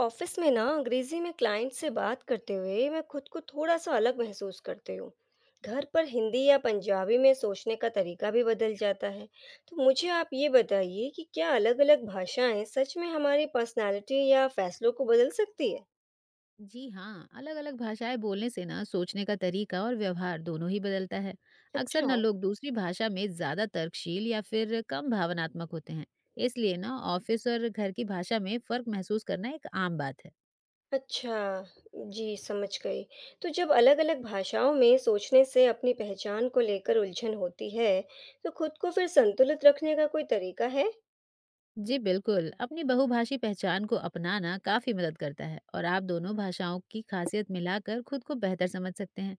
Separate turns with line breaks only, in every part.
Office में ना अंग्रेजी में क्लाइंट से बात करते हुए मैं खुद को थोड़ा सा अलग महसूस करती हूँ। घर पर हिंदी या पंजाबी में सोचने का तरीका भी बदल जाता है। तो मुझे आप ये बताइए कि क्या अलग-अलग भाषाएं सच में हमारी पर्सनालिटी या फैसलों को बदल सकती है।
जी हाँ अलग-अलग भाषाएं बोलने से ना सोचने का तरीका और व्यवहार दोनों ही बदलता है। अक्सर
अच्छा।
ना लोग दूसरी भाषा में ज्यादा तर्कशील या फिर कम भावनात्मक होते हैं। इसलिए ना ऑफिस और घर की भाषा में फर्क महसूस करना एक आम बात है।
अच्छा। जी समझ गई। तो जब अलग-अलग भाषाओं में सोचने से अपनी पहचान को लेकर उलझन होती है, तो खुद को फिर संतुलित रखने का कोई तरीका है?
जी बिल्कुल, अपनी बहुभाषी पहचान को अपनाना काफी मदद करता है और आप दोनों भाषाओं की खासियत मिलाकर खुद को बेहतर समझ सकते हैं।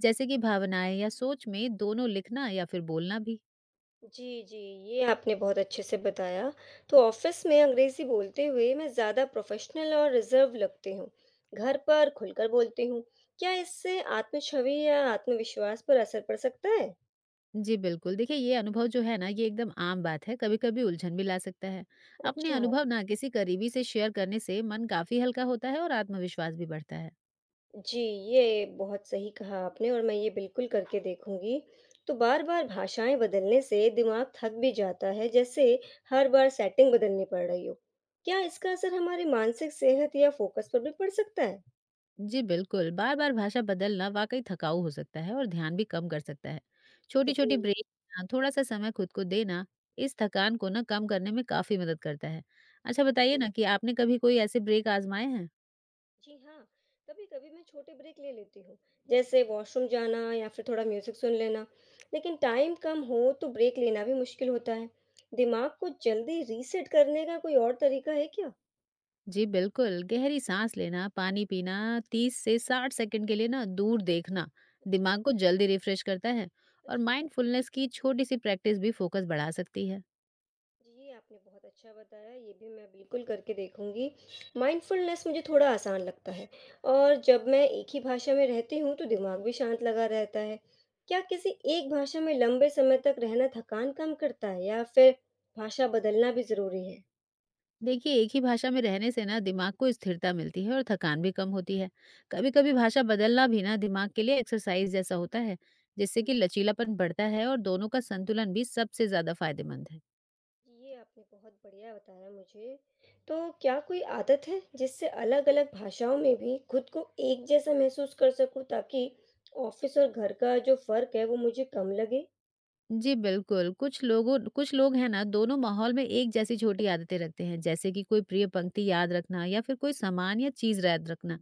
जैसे कि भावनाएं या सोच में दोनों लिखना या फिर बोलना भी।
जी, जी, ये आपने बहुत अच्छे से बताया। तो ऑफ़िस में अंग्रेज़ी बोलते हुए मैं ज़्यादा प्रोफ़ेशनल और रिज़र्व लगती हूँ। घर पर खुलकर बोलती हूँ। क्या इससे आत्म-छवि या आत्मविश्वास पर असर पड़ सकता है?
जी बिल्कुल। देखिए ये अनुभव जो है ना, ये एकदम आम बात है, कभी-कभी उलझन भी ला सकता है। अपने
अच्छा।
अनुभव ना किसी करीबी से शेयर करने से मन काफ़ी हल्का होता है और आत्मविश्वास भी बढ़ता है।
जी, ये बहुत सही कहा आपने और मैं ये बिल्कुल करके देखूँगी। तो बार-बार भाषाएँ बदलने से दिमाग थक भी जाता है, जैसे हर बार सेटिंग बदलनी पड़ रही हो। क्या इसका असर हमारी मानसिक सेहत या फ़ोकस पर भी पड़ सकता है?
जी बिल्कुल, बार-बार भाषा बदलना वाक़ई थकाऊ हो सकता है और ध्यान भी कम कर सकता है।
जी।
छोटी-छोटी ब्रेक लेना, थोड़ा-सा समय खुद को देना, इस थकान को ना कम करने में काफ़ी मदद करता है। अच्छा बताइए ना कि आपने कभी कोई ऐसे ब्रेक आज़माए हैं?
जी हाँ, कभी-कभी मैं छोटे ब्रेक ले लेती हूँ, जैसे वॉशरूम जाना या फिर थोड़ा म्यूज़िक सुन लेना। लेकिन टाइम कम हो तो ब्रेक लेना भी मुश्किल होता है। दिमाग को जल्दी रीसेट करने का कोई और तरीका है क्या?
जी बिल्कुल, गहरी साँस लेना, पानी पीना, 30 से 60 सेकंड के लिए ना दूर देखना, दिमाग को
अच्छा,
जल्दी रिफ्रेश करता है और
सच में?
माइंडफुलनेस की छोटी-सी प्रैक्टिस भी फोकस बढ़ा सकती है।
जी, ये आपने बहुत अच्छा बताया, ये भी मैं बिल्कुल करके देखूँगी। माइंडफुलनेस मुझे थोड़ा आसान लगता है और जब मैं एक ही भाषा में रहती हूँ, तो दिमाग भी शांत लगा रहता है। क्या किसी एक भाषा में लंबे समय तक रहना थकान कम करता है या फिर भाषा बदलना भी ज़रूरी है?
देखिए, एक ही भाषा में रहने से ना दिमाग को स्थिरता मिलती है और थकान भी कम होती है। कभी-कभी भाषा बदलना भी ना दिमाग के लिए एक्सरसाइज जैसा होता है, जिससे कि लचीलापन बढ़ता है और दोनों का संतुलन भी सबसे ज़्यादा फायदेमंद है।
ये आपने बहुत बढ़िया बताया मुझे। तो क्या कोई आदत है, जिससे अलग-अलग भाषाओं में भी खुद को एक जैसा महसूस कर सकूँ, ताकि ऑफ़िस और घर का जो फ़र्क है, वो मुझे कम लगे?
जी, बिल्कुल। कुछ लोग हैं ना, दोनों माहौल में एक जैसी छोटी आदतें रखते हैं, जैसे कि कोई प्रिय पंक्ति याद रखना या फिर कोई सामान या चीज़ याद रखना।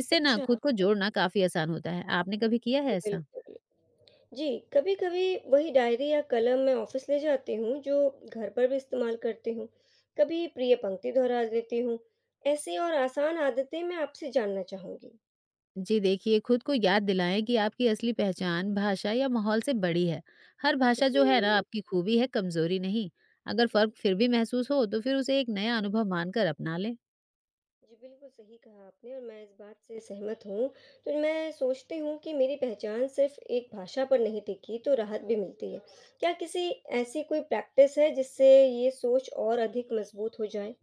इससे ना
अच्छा,
खुद को जोड़ना काफ़ी आसान होता है। आपने कभी किया
जी,
है ऐसा?
बिल्कुल। जी, कभी-कभी वही डायरी या कलम मैं ऑफिस ले जाती हूँ जो घर पर भी इस्तेमाल करती हूँ। कभी प्रिय पंक्ति दोहरा लेती हूँ। ऐसी और आसान आदतें मैं आपसे जानना चाहूँगी।
जी देखिए, खुद को याद दिलाएँ कि आपकी असली पहचान भाषा या माहौल से बड़ी है। हर भाषा
जी,
जो है ना,
जी,
आपकी खूबी है, कमज़ोरी नहीं। अगर फ़र्क फिर भी
बिल
महसूस हो, तो फिर उसे एक नया अनुभव मानकर अपना लें।
जी, बिल्कुल सही कहा आपने और मैं इस बात से सहमत हूँ। तो मैं सोचती हूँ कि मेरी पहचान सिर्फ़ एक भाषा पर नहीं टिकी, तो राहत भी मिलती है। क्या किसी ऐसी कोई प्रैक्टिस है जिससे ये सोच और अधिक मज़बूत हो जाए?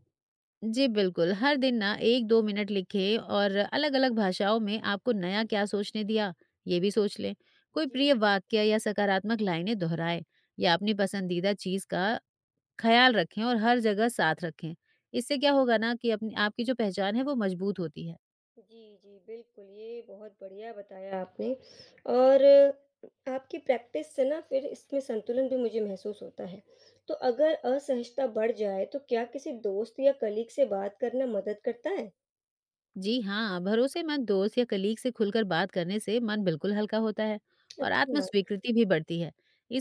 जी, बिल्कुल। हर दिन ना 1-2 मिनट लिखें और अलग-अलग भाषाओं में आपको नया क्या सोचने दिया, ये भी सोच लें। कोई
जी।
प्रिय वाक्य या सकारात्मक लाइनें दोहराएँ या अपनी पसंदीदा चीज़ का ख़्याल रखें और हर जगह साथ रखें। इससे क्या होगा ना कि अपनी आपकी जो पहचान है, वो मज़बूत होती है।
जी, जी, बिल्कुल, ये बहुत बढ़िया बताया आपने और आपकी प्रैक्टिस से ना फिर इसमें संतुलन भी मुझे महसूस होता है। तो अगर असहजता बढ़ जाए, तो क्या किसी दोस्त या कलीग से बात करना मदद करता है?
जी हाँ, भरोसेमंद दोस्त या कलीग से खुलकर बात करने से मन बिल्कुल हल्का होता है और आत्म
अच्छा,
स्वीकृति भी बढ़ती है।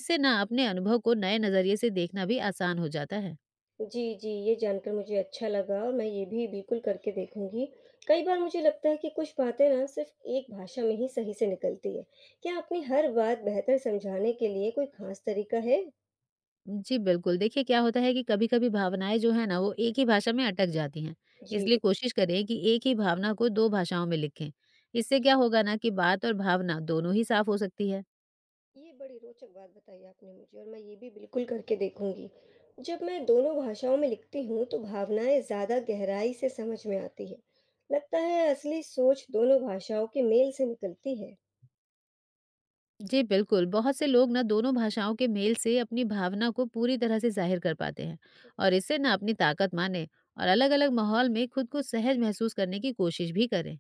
इससे ना अपने अनुभव को नए नज़रिए से देखना भी आसान हो जाता है।
जी, जी, ये जानकर मुझे अच्छा लगा और मैं ये भी बिल्कुल करके देखूँगी। कई बार मुझे लगता है कि कुछ बातें ना सिर्फ़ एक भाषा में ही सही से निकलती है। क्या अपनी हर बात बेहतर समझाने के लिए कोई ख़ास तरीका है?
जी, बिल्कुल। देखिए, क्या होता है कि कभी-कभी भावनाएँ जो हैं ना, वो एक ही भाषा में अटक जाती हैं।
जी।
इसलिए कोशिश करें कि एक ही भावना को 2 भाषाओं में लिखें। इससे क्या होगा ना कि बात और भावना दोनों ही साफ हो सकती है।
ये बड़ी रोचक बात बताई आपने मुझे और मैं ये भी बिल्कुल करके देखूंगी। जब मैं दोनों भाषाओं में लिखती हूँ तो भावनाएं ज़्यादा गहराई से समझ में आती है। लगता है असली सोच दोनों भाषाओं के मेल से निकलती है।
जी, बिल्कुल। बहुत से लोग ना दोनों भाषाओं के मेल से अपनी भावना को पूरी तरह से ज़ाहिर कर पाते हैं और
अच्छा,
इससे ना अपनी ताकत मानें और अलग-अलग माहौल में खुद को सहज महसूस करने की कोशिश भी करें।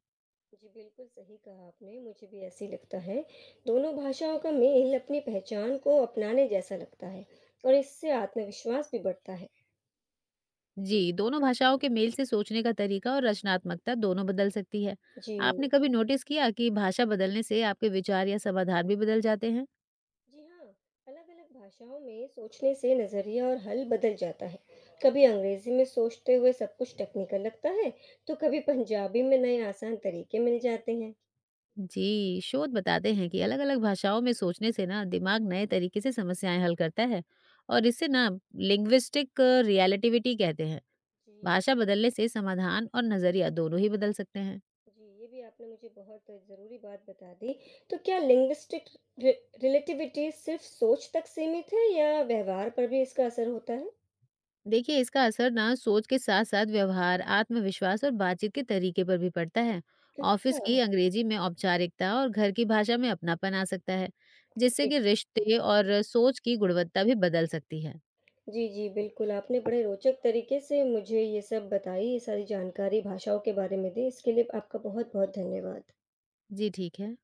जी बिल्कुल सही कहा आपने, मुझे भी ऐसे ही लगता है। दोनों भाषाओं का मेल अपनी पहचान को अपनाने जैसा लगता है और इससे आत्मविश्वास भी बढ़ता है।
जी, दोनों भाषाओं के मेल से सोचने का तरीका और रचनात्मकता दोनों बदल सकती है।
जी।
आपने कभी नोटिस किया कि भाषा बदलने से आपके विचार या समाधान भी बदल जाते हैं?
जी हाँ, अलग अलग भाषाओं में सोचने से नजरिया और हल बदल जाता है। कभी अंग्रेजी में सोचते हुए सब कुछ टेक्निकल लगता है, तो कभी पंजाबी में नए आसान तरीके मिल जाते हैं।
जी, शोध बताते हैं कि अलग-अलग भाषाओं में सोचने से ना दिमाग नए तरीके से समस्याएं हल करता है और इसे ना लिंग्विस्टिक रिलेटिविटी कहते हैं।
जी,
भाषा बदलने से समाधान और नजरिया दोनों ही बदल सकते हैं।
जी, ये भी आपने मुझे बहुत ज़रूरी बात बता दी। तो क्या लिंग्विस्टिक रिलेटिविटी सिर्फ सोच तक सीमित है या व्यवहार पर भी इसका असर होता है?
देखिए इसका असर ना सोच के साथ साथ व्यवहार, आत्मविश्वास और बातचीत के तरीके पर भी पड़ता है।
अच्छा।
ऑफिस की अंग्रेजी में औपचारिकता और घर की भाषा में अपनापन आ सकता है, जिससे
जी,
कि रिश्ते और सोच की गुणवत्ता भी बदल सकती है।
जी, जी, बिल्कुल, आपने बड़े रोचक तरीके से मुझे ये सब बताई, ये सारी जानकारी भाषाओं के बारे में दी, इसके लिए आपका बहुत बहुत धन्यवाद।
जी ठीक है।